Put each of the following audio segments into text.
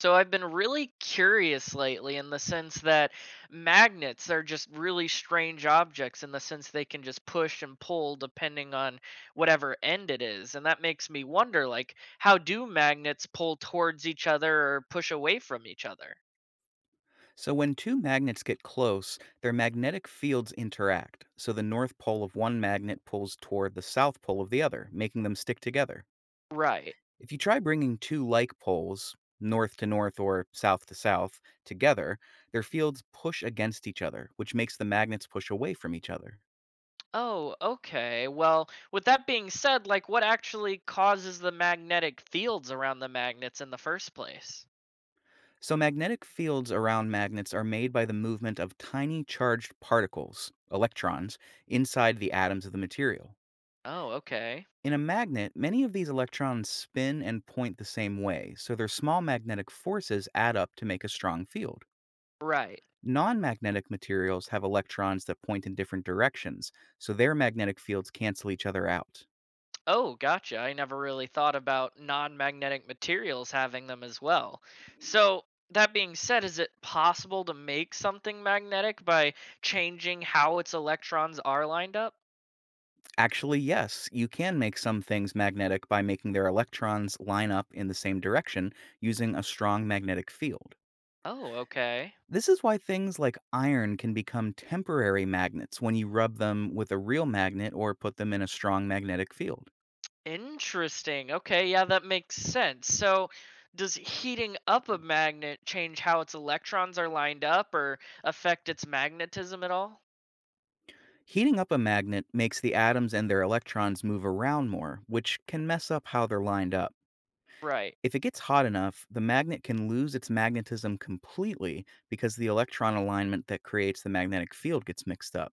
So I've been really curious lately in the sense that magnets are just really strange objects in the sense they can just push and pull depending on whatever end it is. And that makes me wonder, like, how do magnets pull towards each other or push away from each other? So, when two magnets get close, their magnetic fields interact. So, the north pole of one magnet pulls toward the south pole of the other, making them stick together. Right. If you try bringing two like poles, north to north or south to south, together, their fields push against each other, which makes the magnets push away from each other. Oh, okay. Well, with that being said, like, what actually causes the magnetic fields around the magnets in the first place? So, magnetic fields around magnets are made by the movement of tiny charged particles, electrons, inside the atoms of the material. Oh, okay. In a magnet, many of these electrons spin and point the same way, so their small magnetic forces add up to make a strong field. Right. Non magnetic materials have electrons that point in different directions, so their magnetic fields cancel each other out. Oh, gotcha. I never really thought about non magnetic materials having them as well. So, that being said, is it possible to make something magnetic by changing how its electrons are lined up? Actually, yes, you can make some things magnetic by making their electrons line up in the same direction using a strong magnetic field. Oh, okay. This is why things like iron can become temporary magnets when you rub them with a real magnet or put them in a strong magnetic field. Interesting. Okay, yeah, that makes sense. So, does heating up a magnet change how its electrons are lined up or affect its magnetism at all? Heating up a magnet makes the atoms and their electrons move around more, which can mess up how they're lined up. Right. If it gets hot enough, the magnet can lose its magnetism completely because the electron alignment that creates the magnetic field gets mixed up.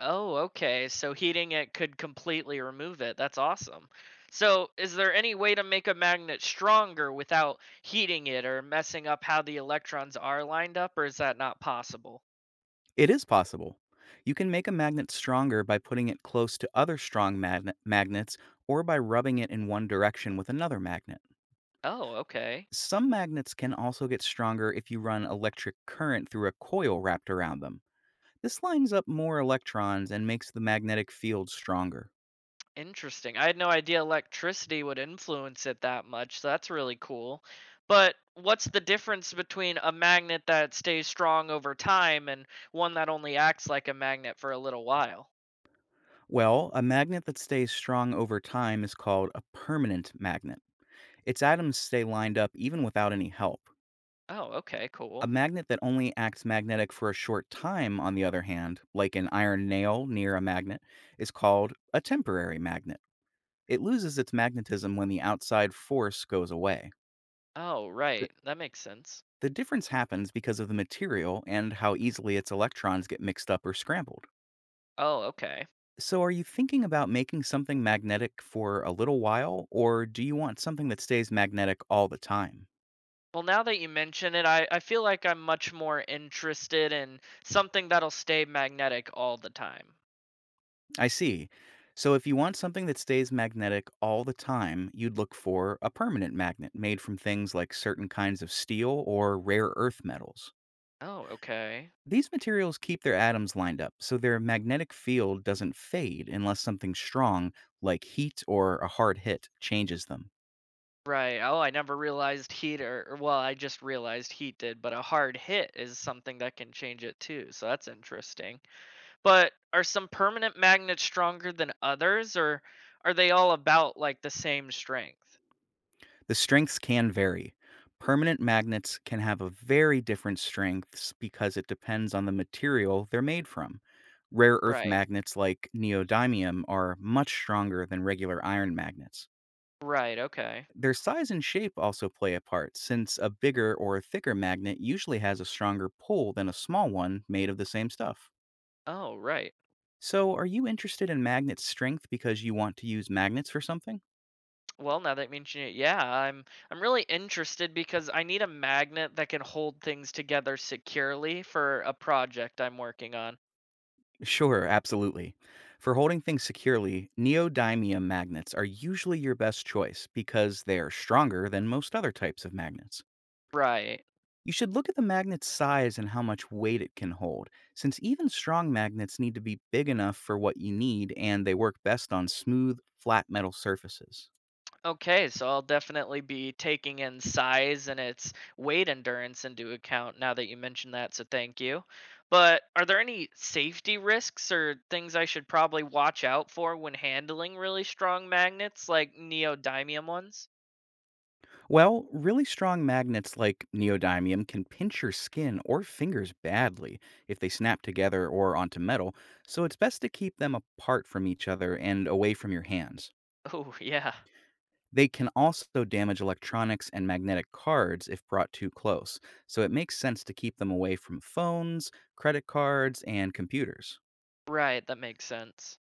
Oh, okay. So heating it could completely remove it. That's awesome. So, is there any way to make a magnet stronger without heating it or messing up how the electrons are lined up, or is that not possible? It is possible. You can make a magnet stronger by putting it close to other strong magnets or by rubbing it in one direction with another magnet. Oh, okay. Some magnets can also get stronger if you run electric current through a coil wrapped around them. This lines up more electrons and makes the magnetic field stronger. Interesting. I had no idea electricity would influence it that much. So that's really cool. But what's the difference between a magnet that stays strong over time and one that only acts like a magnet for a little while? Well, a magnet that stays strong over time is called a permanent magnet. Its atoms stay lined up even without any help. Oh, okay, A cool. magnet that only acts magnetic for a short time, on the other hand, like an iron nail near a magnet, is called a temporary magnet. It loses its magnetism when the outside force goes away. Oh, right. That makes sense. The difference happens because of the material and how easily its electrons get mixed up or scrambled. Oh, okay. So, are you thinking about making something magnetic for a little while, or do you want something that stays magnetic all the time? Well, now that you mention it, I feel like I'm much more interested in something that'll stay magnetic all the time. I see. So, if you want something that stays magnetic all the time, you'd look for a permanent magnet made from things like certain kinds of steel or rare earth metals. Oh, okay. These materials keep their atoms lined up so their magnetic field doesn't fade unless something strong, like heat or a hard hit, changes them. Right. Oh, I never realized heat, or well, I just realized heat did, but a hard hit is something that can change it too. So that's interesting. But are some permanent magnets stronger than others, or are they all about like the same strength? The strengths can vary. Permanent magnets can have a very different strengths because it depends on the material they're made from. Rare earth Right. magnets like neodymium are much stronger than regular iron magnets. Right. Okay. Their size and shape also play a part, since a bigger or thicker magnet usually has a stronger pull than a small one made of the same stuff. Oh, right. So, are you interested in magnet strength because you want to use magnets for something? Well, now that you mention it, yeah, I'm really interested because I need a magnet that can hold things together securely for a project I'm working on. Sure, absolutely. For holding things securely, neodymium magnets are usually your best choice because they are stronger than most other types of magnets. Right. You should look at the magnet's size and how much weight it can hold, since even strong magnets need to be big enough for what you need and they work best on smooth, flat metal surfaces. Okay, so I'll definitely be taking in size and its weight endurance into account now that you mentioned that, so thank you. But are there any safety risks or things I should probably watch out for when handling really strong magnets like neodymium ones? Well, really strong magnets like neodymium can pinch your skin or fingers badly if they snap together or onto metal, so it's best to keep them apart from each other and away from your hands. Oh, yeah. They can also damage electronics and magnetic cards if brought too close, so it makes sense to keep them away from phones, credit cards, and computers. Right, that makes sense.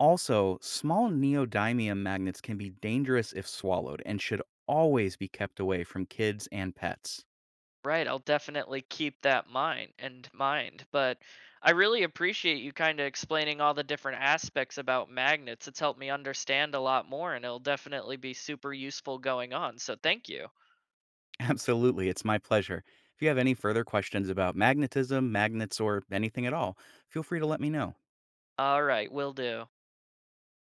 Also, small neodymium magnets can be dangerous if swallowed and should always be kept away from kids and pets. Right, I'll definitely keep that mind and mind, but I really appreciate you kind of explaining all the different aspects about magnets. It's helped me understand a lot more and it'll definitely be super useful going on. So thank you. Absolutely, it's my pleasure. If you have any further questions about magnetism, magnets, or anything at all, feel free to let me know. All right, will do.